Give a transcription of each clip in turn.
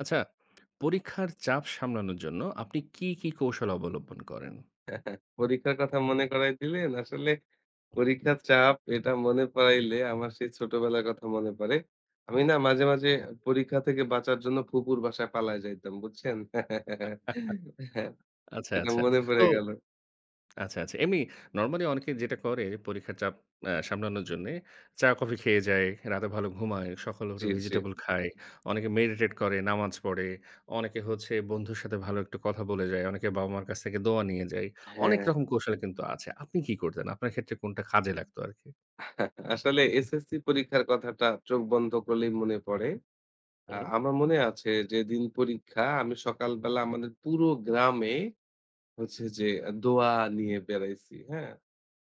আচ্ছা, পরীক্ষার চাপ সামলানোর জন্য আপনি কি কৌশল অবলম্বন করেন? পরীক্ষার কথা মনে করায় দিলেন। আসলে পরীক্ষার চাপ এটা মনে পড়াইলে আমার সেই ছোটবেলার কথা মনে পড়ে। আমি না মাঝে, মাঝে পরীক্ষা থেকে বাঁচার জন্য ফুপুর বাসায় পালায় যাইতাম, বুঝছেন? হ্যাঁ, আচ্ছা, এটা আচ্ছা। মনে তো পড়ে গেল। এমনি নরমালি অনেকে যেটা করে পরীক্ষার চাপ সামলানোর জন্যে চা-কফি খেয়ে যায়, রাতে ভালো ঘুমায়, সকালে জি, উঠে জি। ভেজিটেবল খায়, অনেকে মেডিটেট করে, নামাজ পড়ে, অনেকে হচ্ছে বন্ধুর সাথে ভালো একটু কথা বলে যায়, অনেকে বাবা-মার কাছ থেকে দোয়া নিয়ে যায়। হ্যাঁ, অনেক রকম কৌশল কিন্তু আছে। আপনি কি করতেন? আপনার ক্ষেত্রে কোনটা কাজে লাগতো আরকি? আসলে এসএসসি পরীক্ষার কথাটা চোখ বন্ধ করলেই মনে পড়ে। হুম। আমার মনে আছে যেদিন পরীক্ষা আমি সকালবেলা আমাদের পুরো গ্রামে হচ্ছে যে দোয়া নিয়ে বেড়াইছি। হ্যাঁ?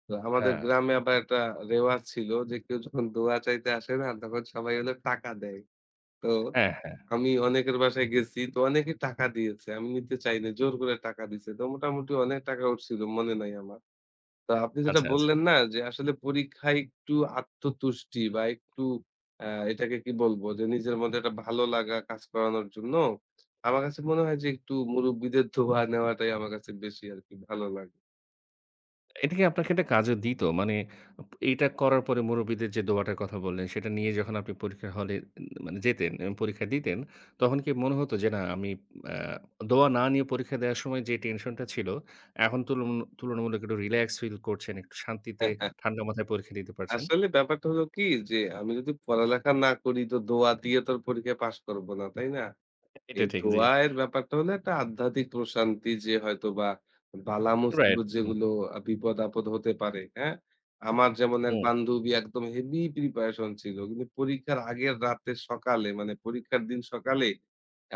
তো আমাদের হ্যাঁ। গ্রামে আবার একটা রেওয়াজ ছিল যে কেউ যখন দোয়া চাইতে আসে না তখন সবাই হলো টাকা দেয়। তো হ্যাঁ, হ্যাঁ। আমি অনেকের বাসায় গেছি তো অনেকে টাকা দিয়েছে। আমি নিতে চাই নাই। জোর করে টাকা দিছে। তো মোটামুটি অনেক টাকা উঠছিল মনে নাই আমার। তো আপনি যেটা আচ্ছা, আচ্ছা। বললেন না যে আসলে পরীক্ষায় একটু আত্মতুষ্টি বা একটু আ এটাকে কি বলবো যে নিজের মধ্যে একটা ভালো লাগা কাজ করানোর জন্য আমার কাছে মনে হয় যে একটু মুরুব্বিদের দোয়া নেওয়াটাই আমার কাছে বেশি আরকি ভালো লাগে। এটা কি আপনাকে একটা কাজও দিত? মানে এইটা করার পরে মুরব্বিদের যে দোয়াটার কথা বললেন, সেটা নিয়ে যখন আপনি পরীক্ষার হলে মানে যেতেন এবং পরীক্ষা দিতেন, তখন কি মনে হতো যে, "না, আমি আ দোয়া না নিয়ে পরীক্ষা দেওয়ার সময় যে টেনশনটা ছিল, এখন তুলনামূলক একটু রিল্যাক্স ফিল করছেন, একটু শান্তিতে ঠান্ডা মাথায় পরীক্ষা দিতে পারছেন?" আসলে ব্যাপারটা হলো কি যে আমি যদি পড়ালেখা না করি তো দোয়া দিয়ে তো আর পরীক্ষায় পাস করব না, তাই না? এটা এই ঠিক, জি। দোয়া এর ব্যাপারটা হলো একটা আধ্যাত্মিক প্রশান্তি যে হয়তোবা বালা রাইট। মুসিবত হুম, যেগুলো বিপদ আপদ হতে পারে, হ্যাঁ? আমার যেমন এক হুম। বান্ধবী একদম হেভি প্রিপারেশন ছিল। কিন্তু পরীক্ষার আগের রাতে সকালে মানে পরীক্ষার দিন সকালে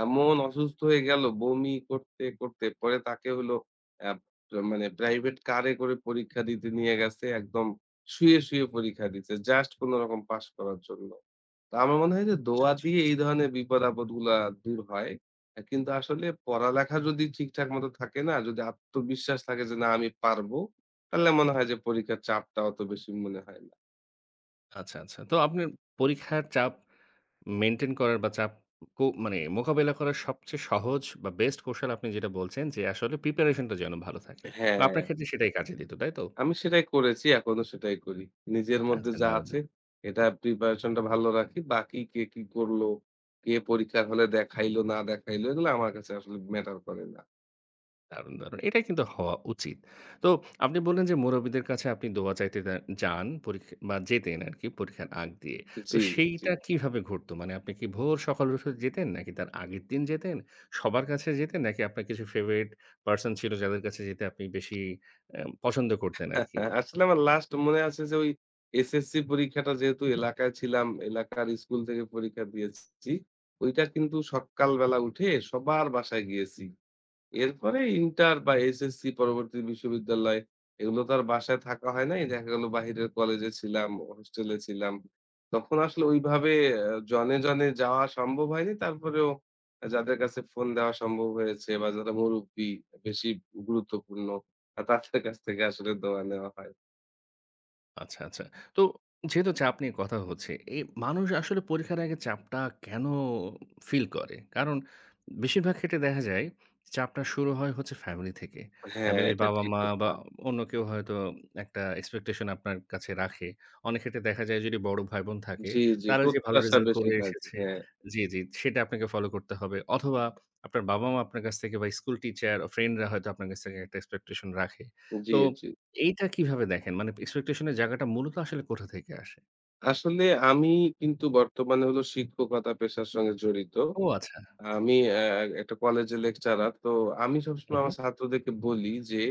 এমন অসুস্থ হয়ে গেল বমি করতে, করতে পরে তাকে হলো অ্যাপ মানে প্রাইভেট কারে করে পরীক্ষা দিতে নিয়ে গেছে। একদম শুয়ে, শুয়ে পরীক্ষা দিছে। জাস্ট কোনরকম পাস করার জন্য। তো আমার মনে হয় যে আচ্ছা, দোয়া আচ্ছা। দিয়ে এই ধরনের বিপদ-আপদ গুলা দূর হয়। কিন্তু আসলে পড়ালেখা যদি ঠিকঠাক মতো থাকে না, যদি আত্মবিশ্বাস থাকে যে না আমি পারবো, তাহলে মনে হয় যে পরীক্ষার চাপটা অত বেশি মনে হয় না। আচ্ছা, আচ্ছা। তো আপনার পরীক্ষার চাপ মেইনটেইন করার বা চাপ মানে মোকাবেলা করার সবচেয়ে সহজ বা বেস্ট কৌশল আপনি যেটা বলছেন যে আসলে প্রিপারেশন টা যেন ভালো থাকে। হ্যাঁ, আপনার ক্ষেত্রে সেটাই কাজে দিত, তাই তো? আমি সেটাই করেছি, এখনো সেটাই করি। নিজের মধ্যে আচ্ছা যা দারুণ, আছে এটা প্রিপারেশন টা ভালো রাখি। বাকি কে কি করলো, কে পরীক্ষার হলে দেখাইলো না দেখাইলো এগুলো আমার কাছে আসলে ম্যাটার করে না। দারুণ, দারুণ। এটাই কিন্তু হওয়া উচিত। তো আপনি বললেন যে মুরব্বিদের কাছে আপনি দোয়া চাইতে যান পরীক্ষা বা যেতেন আরকি পরীক্ষার আগ দিয়ে। তো জি, জি। সেইটা কিভাবে ঘটতো? মানে আপনি কি ভোর সকালে উঠে যেতেন নাকি তার আগের দিন যেতেন? সবার কাছে যেতেন নাকি আপনার কিছু ফেভারিট পারসন ছিল যাদের কাছে যেতে আপনি বেশি পছন্দ করতেন আরকি? আসলে আমার লাস্ট মনে আছে যে ওই এসএসসি পরীক্ষাটা যেহেতু এলাকায় ছিলাম, এলাকার স্কুল থেকে পরীক্ষা দিয়েছি। ওইটা কিন্তু সকালবেলা উঠে সবার বাসায় গিয়েছি। এরপরে ইন্টার বা এসএসসি পরবর্তী বিশ্ববিদ্যালয় এগুলো তো আর বাসায় থাকা হয় নাই। দেখা গেল বাহিরের কলেজে ছিলাম, হোস্টেলে ছিলাম। তখন আসলে ওইভাবে জনে, জনে যাওয়া সম্ভব হয়নি। তারপরেও যাদের কাছে ফোন দেওয়া সম্ভব হয়েছে বা যারা মুরুব্বি বেশি গুরুত্বপূর্ণ তাদের কাছ থেকে আসলে দোয়া নেওয়া হয়। আচ্ছা, আচ্ছা। তো যেহেতু চাপ নিয়ে কথা হচ্ছে, এই মানুষ আসলে পরীক্ষার আগে চাপটা কেন ফিল করে? কারণ বেশিরভাগ ক্ষেত্রে দেখা যায় চাপটা শুরু হয় হচ্ছে ফ্যামিলি থেকে। হ্যাঁ, ফ্যামিলির এটা ঠিক বাবা-মা কথা। বা অন্য কেউ হয়তো একটা এক্সপেকটেশন আপনার কাছে রাখে। অনেক ক্ষেত্রে দেখা যায় যদি বড় ভাই-বোন থাকে, জি, জি। তারা যে ভালো প্রত্যাশা রেজাল্ট বেশি করে থাকে। এসেছে হ্যাঁ। জি, জি, সেটা আপনাকে ফলো করতে হবে। অথবা আপনার বাবা-মা আপনার কাছ থেকে বা স্কুল টিচার, ফ্রেন্ডরা হয়তো আপনার কাছ থেকে একটা এক্সপেকটেশন রাখে। জি, তো জি। এইটা কিভাবে দেখেন? মানে এক্সপেকটেশন এর জায়গাটা মূলত আসলে কোথা থেকে আসে? আসলে আমি কিন্তু বর্তমানে হলো শিক্ষকতা পেশার সঙ্গে জড়িত। ও আচ্ছা। আমি একটা কলেজে লেকচারার। তো আমি হু, সবসময় হু। আমার ছাত্রদেরকে বলি যে,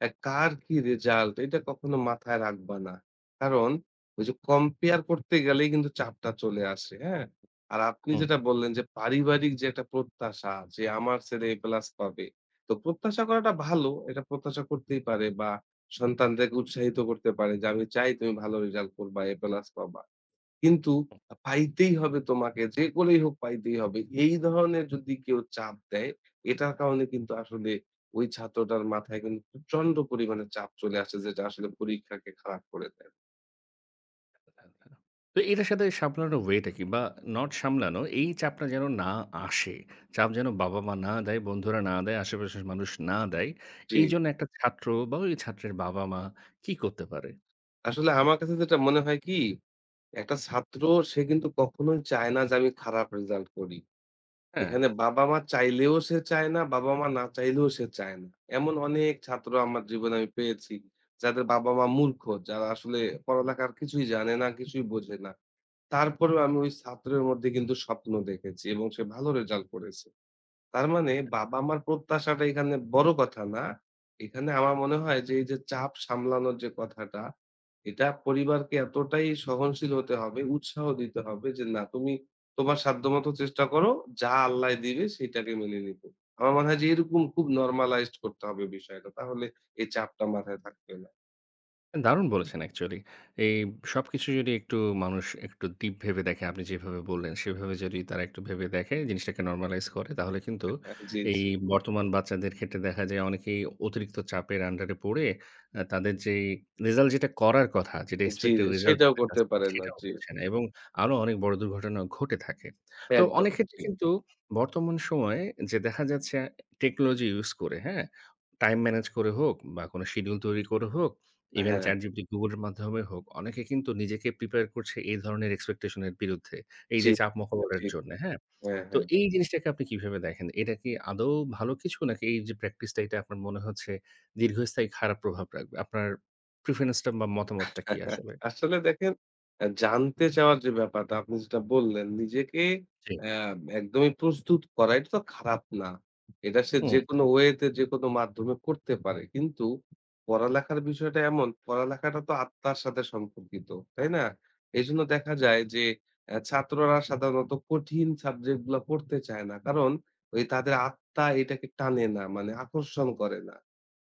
কার কি রেজাল্ট এটা কখনো মাথায় রাখবা না। কারণ ওই যে কম্পেয়ার করতে গেলেই কিন্তু চাপটা চলে আসে, হ্যাঁ? আর আপনি হুম, যেটা বললেন যে পারিবারিক যে একটা প্রত্যাশা যে আমার ছেলে A+ পাবে। তো প্রত্যাশা করাটা ভালো। এটা প্রত্যাশা করতেই পারে বা সন্তানদেরকে উৎসাহিত করতে পারে যে আমি চাই তুমি ভালো রেজাল্ট করবা, A+ পাবা। কিন্তু হুম। পাইতেই হবে তোমাকে। যে করেই হোক পাইতেই হবে। এই ধরনের যদি কেউ চাপ দেয়, এটার কারণে কিন্তু আসলে ওই ছাত্রটার মাথায় কিন্তু প্রচন্ড পরিমাণে চাপ চলে আসে যেটা আসলে পরীক্ষাকে খারাপ করে দেয়। তো এটার সাথে সামলানোর ওয়েটা কি? বা নট সামলানো এই চাপটা যেন না আসে। চাপ যেন বাবা-মা না দেয়, বন্ধুরা না দেয়, আশেপাশের মানুষ না দেয়। জি। এইজন্য একটা ছাত্র বা ওই ছাত্রের বাবা-মা কি করতে পারে? আসলে আমার কাছে যেটা মনে হয় কি, একটা ছাত্র সে কিন্তু কখনোই চায় না যে আমি খারাপ রেজাল্ট করি। হ্যাঁ। এখানে বাবা-মা চাইলেও সে চায় না, বাবা-মা না চাইলেও সে চায় না। এমন অনেক ছাত্র আমার জীবনে আমি পেয়েছি, যাদের বাবা-মা মূর্খ, যারা আসলে পড়ালেখার কিছুই জানে না, কিছুই বোঝে না। তারপরেও আমি ওই ছাত্রের মধ্যে কিন্তু স্বপ্ন দেখেছি এবং সে ভালো রেজাল্ট করেছে। তার মানে বাবা-মার প্রত্যাশাটা এখানে বড় কথা না। এখানে আমার মনে হয় যে এই যে চাপ সামলানোর যে কথাটা, এটা পরিবারকে এতটাই সহনশীল হতে হবে, উৎসাহ দিতে হবে যে না তুমি তোমার সাধ্যমত চেষ্টা করো, যা আল্লাহ দিবে সেটাকে মেনে নিতে। আমার মনে হয় যে এরকম খুব নরমালাইজড করতে হবে বিষয়টা। তাহলে এই চাপটা মাথায় থাকবে না। দারুণ বলেছেন অ্যাকচুয়ালি। এই সবকিছু যদি একটু মানুষ একটু ডিপ ভেবে দেখে আপনি যেভাবে বললেন, সেভাবে যদি তারা একটু ভেবে দেখে, জিনিসটাকে নরমালাইজ করে তাহলে কিন্তু হ্যাঁ, জি, এই জি। বর্তমান বাচ্চাদের ক্ষেত্রে দেখা যায় অনেকেই অতিরিক্ত চাপের আন্ডারে পড়ে তাদের যেই রেজাল্ট যেটা করার কথা, যেটা জি, এক্সপেক্টেড জি রেজাল্ট সেটাও তাদের কাছ করতে পারে থেকে না। সেটাও জি, হচ্ছে না এবং আরো অনেক বড় দুর্ঘটনাও ঘটে থাকে। তো একদম। অনেক ক্ষেত্রে জি। কিন্তু বর্তমান সময়ে যে দেখা যাচ্ছে টেকনোলজি ইউস করে, হ্যাঁ? টাইম ম্যানেজ করে হোক বা কোন শিডিউল তৈরি করে হোক ইভেন হ্যাঁ, ChatGPT, Google এর মাধ্যমে হোক, অনেকে কিন্তু নিজেকে প্রিপেয়ার করছে এই ধরনের এক্সপেকটেশন এর বিরুদ্ধে। এই জি। যে চাপ মোকাবেলার ঠিক। জন্যে, হ্যাঁ? হ্যাঁ, তো হ্যাঁ। এই জিনিসটাকে আপনি কিভাবে দেখেন? এটা কি আদৌ ভালো কিছু নাকি এই যে প্র্যাকটিসটা এটা আপনার মনে হচ্ছে দীর্ঘস্থায়ী খারাপ প্রভাব রাখবে? আপনার প্রেফারেন্সটা বা মতামতটা কি আসলে? আসলে দেখেন জানতে চাওয়ার যে ব্যাপারটা আপনি যেটা বললেন, নিজেকে জি। অ্যা একদমই প্রস্তুত করা এটা তো খারাপ না। এটা সে হুম, যেকোনো ওয়েতে যেকোনো মাধ্যমে করতে পারে। কিন্তু পড়ালেখার বিষয়টা এমন, পড়ালেখাটা তো আত্মার সাথে সম্পর্কিত, তাই না? এজন্য দেখা যায় যে ছাত্ররা সাধারণত কঠিন সাবজেক্ট গুলা পড়তে চায় না। কারণ ওই তাদের আত্মা এটাকে টানে না মানে আকর্ষণ করে না।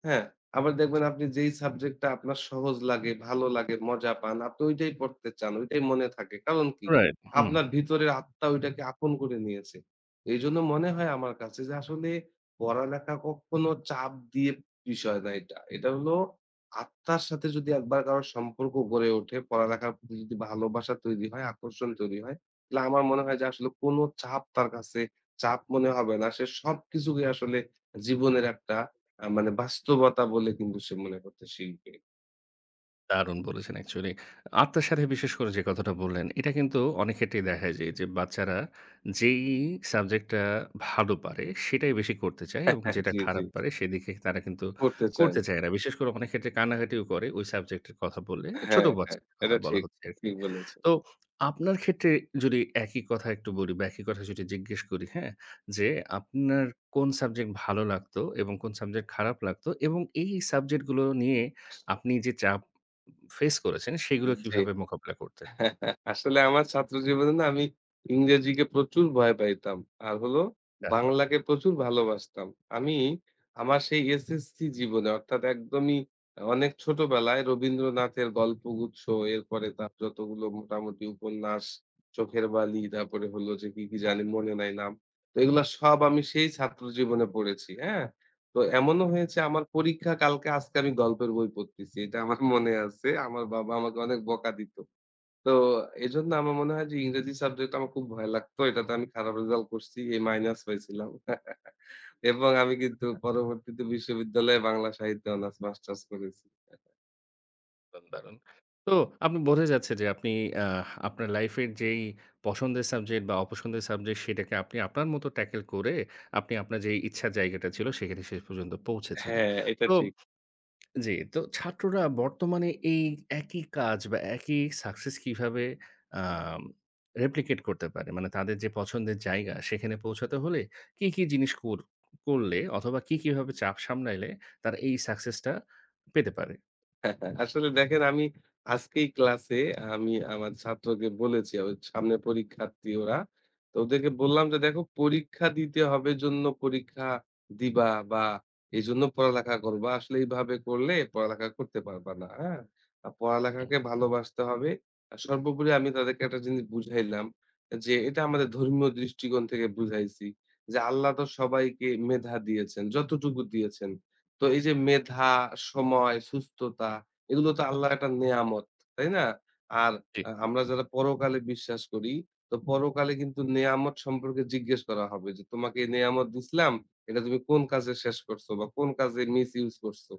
হ্যাঁ? আবার দেখবেন আপনি যেই সাবজেক্টটা আপনার সহজ লাগে, ভালো লাগে, মজা পান, আপনি ঐটাই পড়তে চান, ঐটাই মনে থাকে। কারণ কি? রাইট। হুম। আপনার ভিতরের আত্মা ঐটাকে আপন করে নিয়েছে। এইজন্য মনে হয় আমার কাছে যে আসলে পড়ালেখা কখনো চাপ দিয়ে বিষয় না এটা। এটা হলো আত্মার সাথে যদি একবার কারো সম্পর্ক গড়ে ওঠে, পড়ালেখার প্রতি যদি ভালোবাসা তৈরি হয়, আকর্ষণ তৈরি হয়, তাহলে আমার মনে হয় যে আসলে কোনো চাপ তার কাছে চাপ মনে হবে না। সে সবকিছুকে আসলে জীবনের একটা মানে বাস্তবতা বলে কিন্তু সে মনে করতে শিখবে। দারুণ বলেছেন অ্যাকচুয়ালি। আত্মার সাথে বিশেষ করে যে কথাটা বললেন, এটা কিন্তু অনেক ক্ষেত্রেই দেখা যায় যে যে বাচ্চারা যেই সাবজেক্টটা ভালো পারে সেটাই বেশি করতে চায় এবং যেটা জি, জি। খারাপ পারে সেদিকে তারা কিন্তু করতে চায় করতে না। চায় না। বিশেষ করে অনেক ক্ষেত্রে কান্নাকাটিও করে ওই সাবজেক্টের কথা বললে, ছোট হ্যাঁ, হ্যাঁ। বাচ্চাদের কথা এটা বলা ঠিক। হচ্ছে আরকি। ঠিক বলেছেন। তো আপনার ক্ষেত্রে যদি একই কথা একটু বলি বা একই কথা যদি জিজ্ঞেস করি, হ্যাঁ? যে আপনার কোন সাবজেক্ট ভালো লাগতো এবং কোন সাবজেক্ট খারাপ লাগতো এবং এই সাবজেক্টগুলো নিয়ে আপনি যে চাপ ফেস করেছেন সেগুলো জি। কিভাবে মোকাবিলা করতেন? আসলে আমার ছাত্র জীবনে না আমি ইংরেজিকে প্রচুর ভয় পাইতাম। আর হলো বাহ! বাংলাকে প্রচুর ভালোবাসতাম। আমি আমার সেই এসএসসি জীবনে অর্থাৎ একদমই অনেক ছোটবেলায় রবীন্দ্রনাথের গল্পগুচ্ছ, এরপরে তার যতগুলো মোটামুটি উপন্যাস, চোখের বালি, তারপরে হলো যে কি, কি জানি মনে নাই নাম। তো এগুলা সব আমি সেই ছাত্র জীবনে পড়েছি, হ্যাঁ? তো এমনও হয়েছে আমার পরীক্ষা কালকে, আজকে আমি গল্পের বই পড়তেছি। এটা আমার মনে আছে। আমার বাবা আমাকে অনেক বকা দিত। তো এজন্য আমার মনে হয় যে ইংরেজি সাবজেক্ট আমার খুব ভয় লাগতো। এটাতে আমি খারাপ রেজাল্ট করছি। এ মাইনাস পাইছিলাম। এবং আমি কিন্তু পরবর্তীতে বিশ্ববিদ্যালয়ে বাংলা সাহিত্যে অনার্স মাস্টার্স করেছি। দারুণ, দারুণ। তো আপনি বোঝা যাচ্ছে যে আপনি আপনার লাইফের যেই পছন্দের সাবজেক্ট বা অপছন্দের সাবজেক্ট সেটাকে আপনি আপনার মতো ট্যাকেল করে আপনি আপনার যে ইচ্ছার জায়গাটা ছিল সেখানে শেষ পর্যন্ত পৌঁছেছেন। হ্যাঁ, এটা তো ঠিক। জি, তো ছাত্ররা বর্তমানে এই একই কাজ বা একই সাকসেস কিভাবে আম replicate করতে পারে? মানে তাদের যে পছন্দের জায়গা সেখানে পৌঁছাতে হলে কি জিনিস করলে অথবা কি, কিভাবে চাপ সামলাইলে তারা এই সাকসেসটা পেতে পারে? হ্যাঁ, হ্যাঁ, আসলে দেখেন আমি আজকেই ক্লাসে আমি আমার ছাত্রকে বলেছি ওই সামনে পরীক্ষার্থী ওরা তো ওদেরকে হুম, বললাম যে দেখো পরীক্ষা দিতে হবে জন্য পরীক্ষা দিবা বা এই জন্য পড়ালেখা করবা আসলে এইভাবে করলে পড়ালেখা করতে পারবা না হ্যাঁ আর হুম, পড়ালেখাকে ভালোবাসতে হবে আর সর্বোপরি আমি তাদেরকে একটা জিনিস বুঝাইলাম যে এটা আমাদের ধর্মীয় দৃষ্টিকোণ থেকে বুঝাইছি যে আল্লাহ তো সবাইকে মেধা দিয়েছেন যতটুকু দিয়েছেন তো এই যে মেধা, সময়, সুস্থতা এগুলো তো আল্লাহর একটা নেয়ামত, তাই না? আর জি। আমরা যারা পরকালে বিশ্বাস করি, তো পরকালে কিন্তু নেয়ামত সম্পর্কে জিজ্ঞেস করা হবে যে, "তোমাকে এই নেয়ামত দিছিলাম, এটা তুমি কোন কাজে শেষ করছো বা কোন কাজে মিসইউজ করছো?"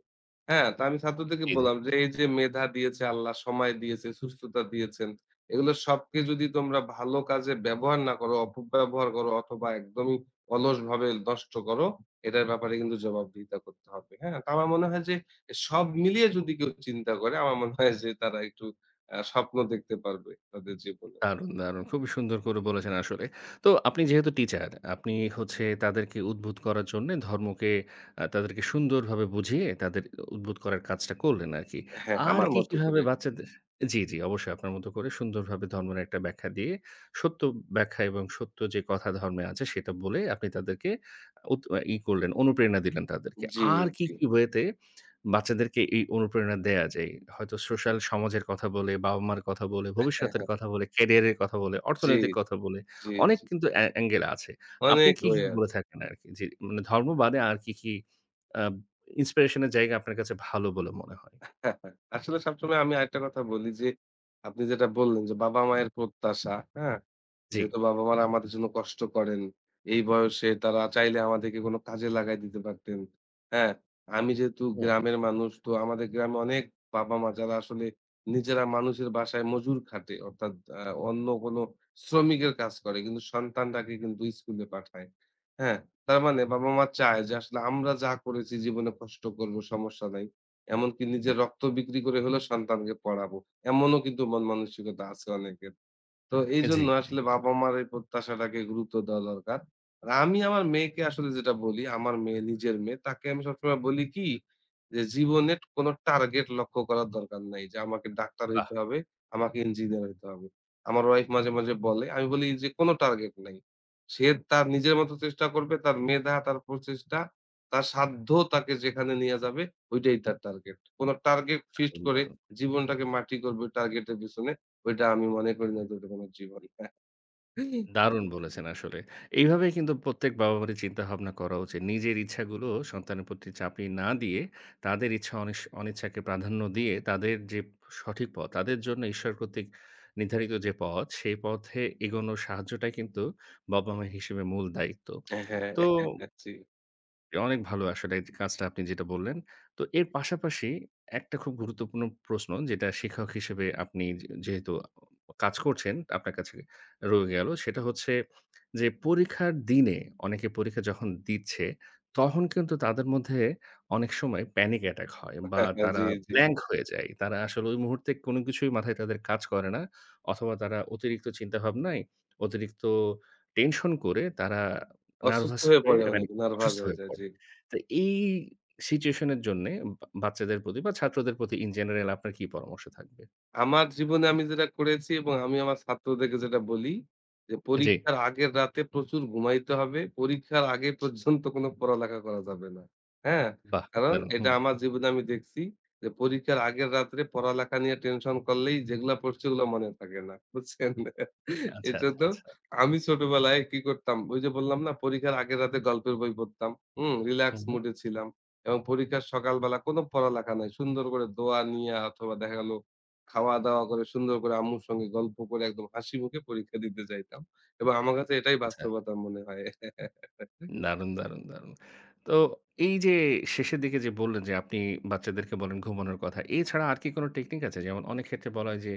হ্যাঁ? তো আমি ছাত্রদেরকে জি, জি। বললাম যে, "এই যে মেধা দিয়েছে আল্লাহ, সময় দিয়েছে, সুস্থতা দিয়েছেন, এগুলো সবকে যদি তোমরা ভালো কাজে ব্যবহার না করো, অপব্যবহার করো অথবা একদমই অলসভাবে নষ্ট করো এটার ব্যাপারে কিন্তু জবাবদিহিতা করতে হবে। হ্যাঁ? তো আমার মনে হয় যে সব মিলিয়ে যদি কেউ চিন্তা করে আমার মনে হয় যে তারা একটু স্বপ্ন দেখতে পারবে তাদের জীবনে। দারুণ, দারুণ! খুবই সুন্দর করে বলেছেন আসলে। তো আপনি যেহেতু টিচার, আপনি হচ্ছে তাদেরকে উদ্বুদ্ধ করার জন্যে ধর্মকে তাদেরকে সুন্দরভাবে বুঝিয়ে তাদের উদ্বুদ্ধ করার কাজটা করলেন আরকি। হ্যাঁ, আর আমার কি, মতো কিভাবে করে। বাচ্চাদের জি, জি অবশ্যই আপনার মতো করে সুন্দরভাবে ধর্মের একটা ব্যাখ্যা দিয়ে, সত্য ব্যাখ্যা এবং সত্য যে কথা ধর্মে আছে সেটা বলে আপনি তাদেরকে উত ই করলেন, অনুপ্রেরণা দিলেন তাদেরকে। জি, আর কি, জি। কি ওয়েতে বাচ্চাদেরকে এই অনুপ্রেরণা দেয়া যায়। হয়তো সোশ্যাল সমাজের কথা বলে, বাবা-মার কথা বলে, ভবিষ্যতের কথা বলে, ক্যারিয়ারের কথা বলে, জি, অর্থনৈতিক কথা বলে, জি, অনেক জি। কিন্তু অ্যাঙ্গেল আছে। আপনি অনেক কি, ওয়ে কি বলে আছে। থাকেন আরকি? জি, মানে ধর্ম বাদে আর কি আ ইন্সপিরেশন এর জায়গা আপনার কাছে ভালো বলে মনে হয়? আসলে সবসময় আমি আরেকটা কথা বলি যে আপনি যেটা বললেন যে বাবা-মায়ের প্রত্যাশা, হ্যাঁ? জি। যেহেতু বাবা-মারা আমাদের জন্য কষ্ট করেন। এই বয়সে তারা চাইলে আমাদেরকে কোনো কাজে লাগায় দিতে পারতেন। হ্যাঁ? আমি যেহেতু হুম, গ্রামের মানুষ তো আমাদের গ্রামে অনেক বাবা-মা যারা আসলে নিজেরা মানুষের বাসায় মজুর খাটে অর্থাৎ আ অন্য কোনো শ্রমিকের কাজ করে কিন্তু সন্তানটাকে কিন্তু স্কুলে পাঠায়। হ্যাঁ? তার মানে বাবা-মা চায় যে আসলে আমরা যা করেছি জীবনে কষ্ট করব সমস্যা নাই। এমনকি নিজের হুম। রক্ত বিক্রি করে হলেও সন্তানকে পড়াবো। এমনও কিন্তু মন মানসিকতা আছে অনেকের। তো জি, এইজন্য জি। আসলে বাবা-মার এই প্রত্যাশাটাকে গুরুত্ব দেওয়া দরকার। আর আমি আমার মেয়েকে আসলে যেটা বলি, আমার মেয়ে নিজের মেয়ে, তাকে আমি সবসময় বলি কি? যে জীবনের কোনো টার্গেট লক্ষ্য করার দরকার নাই। যে আমাকে ডাক্তার বাহ! হইতে হবে, আমাকে ইঞ্জিনিয়ার হইতে হবে। আমার ওয়াইফ মাঝে, মাঝে বলে, আমি বলি যে কোনো টার্গেট নাই। সে তার নিজের মতো চেষ্টা করবে, তার মেধা, তার প্রচেষ্টা, তার সাধ্য তাকে যেখানে নিয়ে যাবে ওইটাই তার টার্গেট। কোনো টার্গেট ফিক্সড দারুণ, করে দারুণ। জীবনটাকে মাটি করবে টার্গেটের পেছনে ওইটা আমি মনে করি না যে ওটা কোনো জীবন। দারুণ বলেছেন আসলে। এইভাবে কিন্তু প্রত্যেক বাবা-মায়ের চিন্তাভাবনা করা উচিত। নিজের ইচ্ছাগুলো সন্তানের প্রতি চাপিয়ে না দিয়ে, তাদের ইচ্ছা অনিচ্ছাকে প্রাধান্য দিয়ে, তাদের যে সঠিক পথ, তাদের জন্য ঈশ্বর কর্তৃক নির্ধারিত যে পথ, সেই পথে এগোনোর সাহায্যটাই কিন্তু বাবা-মা হিসেবে মূল দায়িত্ব। হ্যাঁ, তো অনেক ভালো আসলে এই কাজটা আপনি যেটা বললেন। তো এর পাশাপাশি একটা খুব গুরুত্বপূর্ণ প্রশ্ন যেটা শিক্ষক হিসেবে আপনি যে যেহেতু কাজ করছেন, আপনার কাছে রয়ে গেল। সেটা হচ্ছে যে পরীক্ষার দিনে অনেকে পরীক্ষা যখন দিচ্ছে, তখন কিন্তু তাদের মধ্যে অনেক সময় প্যানিক অ্যাটাক হয় বা জি, তারা জি। জি ব্ল্যাংক হয়ে যায়। তারা আসলে ওই মুহূর্তে কোনো কিছুই মাথায় তাদের কাজ করে না। অথবা তারা অতিরিক্ত চিন্তাভাবনায়, অতিরিক্ত টেনশন করে তারা অসুস্থ নার্ভাস হয়ে হয়ে পড়ে মানে অনেক, নার্ভাস অসুস্থ হয়ে হয়ে যায়। পড়ে। জি। তো এই সিচুয়েশন এর জন্যে বা বাচ্চাদের প্রতি বা ছাত্রদের প্রতি ইন জেনারেল আপনার কি পরামর্শ থাকবে? আমার জীবনে আমি যেটা করেছি এবং আমি আমার ছাত্রদেরকে যেটা বলি যে জি, পরীক্ষার আগের রাতে প্রচুর ঘুমাইতে হবে। পরীক্ষার আগে পর্যন্ত কোনো পড়ালেখা করা যাবে না। হ্যাঁ? বাহ! কারণ দারুণ! এটা হুম। আমার জীবনে আমি দেখছি যে পরীক্ষার আগের রাত্রে পড়ালেখা নিয়ে টেনশন করলেই যেগুলা পড়ছি ওগুলা মনে থাকে না। বুঝছেন? আচ্ছা, আচ্ছা, এজন্য আচ্ছা। আমি ছোটবেলায় কি করতাম ওই যে বললাম না পরীক্ষার আগের রাতে গল্পের বই পড়তাম। হুম? রিল্যাক্স হুম, হুম। মুড এ ছিলাম এবং পরীক্ষার সকালবেলা কোনো পড়ালেখা নাই। সুন্দর করে দোয়া নিয়া অথবা দেখা গেল খাওয়া-দাওয়া করে সুন্দর করে আম্মুর সঙ্গে গল্প করে একদম হাসি মুখে পরীক্ষা দিতে যাইতাম। এবং আমার কাছে এটাই আচ্ছা। বাস্তবতা মনে হয়। দারুণ, দারুণ, দারুণ! তো এই যে শেষের দিকে যে বললেন যে আপনি বাচ্চাদেরকে বলেন ঘুমানোর কথা। এছাড়া আর কি কোন টেকনিক আছে? যেমন অনেক ক্ষেত্রে বলা হয় যে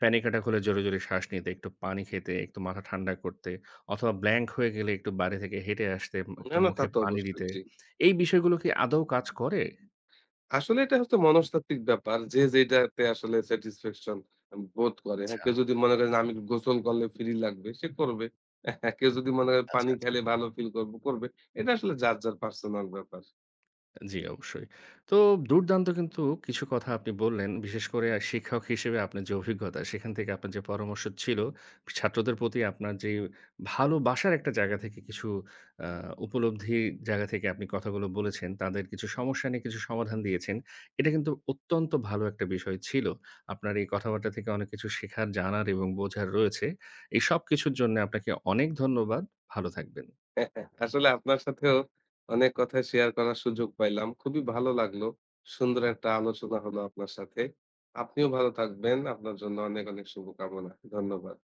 প্যানিক অ্যাটাক হলে জোরে, জোরে শ্বাস নিতে, একটু পানি খেতে, একটু মাথা ঠান্ডা করতে অথবা ব্ল্যাংক হয়ে গেলে একটু বাইরে থেকে হেঁটে আসতে, না, একটু না তা মুখে তো পানি অবশ্যই। দিতে। জি। এই বিষয়গুলো কি আদৌ কাজ করে? আসলে এটা হচ্ছে মনস্তাত্ত্বিক ব্যাপার। যে যেটাতে আসলে স্যাটিসফ্যাকশন বোধ করে। আচ্ছা, হ্যাঁ, কেউ যদি মনে করে যে আমি গোসল করলে ফ্রি লাগবে, সে করবে। কেউ যদি মনে করে পানি আচ্ছা। আচ্ছা। খেলে ভালো ফিল করব, করবে। এটা আসলে যার, যার পার্সোনাল ব্যাপার। জি, অবশ্যই। তো দুর্দান্ত কিন্তু কিছু কথা আপনি বললেন। বিশেষ করে শিক্ষক হিসেবে আপনার যে অভিজ্ঞতা, সেখান থেকে আপনার যে পরামর্শ ছিল, ছাত্রদের প্রতি আপনার যে ভালোবাসার একটা জায়গা থেকে কিছু আ উপলব্ধি জায়গা থেকে আপনি কথাগুলো বলেছেন, তাদের কিছু সমস্যা নিয়ে কিছু সমাধান দিয়েছেন। এটা কিন্তু অত্যন্ত ভালো একটা বিষয় ছিল। আপনার এই কথাবার্তা থেকে অনেক কিছু শেখার, জানার এবং বোঝার রয়েছে। এই সবকিছুর জন্যে আপনাকে অনেক ধন্যবাদ। ভালো থাকবেন। আসলে আপনার সাথেও অনেক কথা শেয়ার করার সুযোগ পাইলাম। খুবই ভালো লাগলো। সুন্দর একটা আলোচনা হলো আপনার সাথে। আপনিও ভালো থাকবেন। আপনার জন্য অনেক, অনেক শুভকামনা। ধন্যবাদ।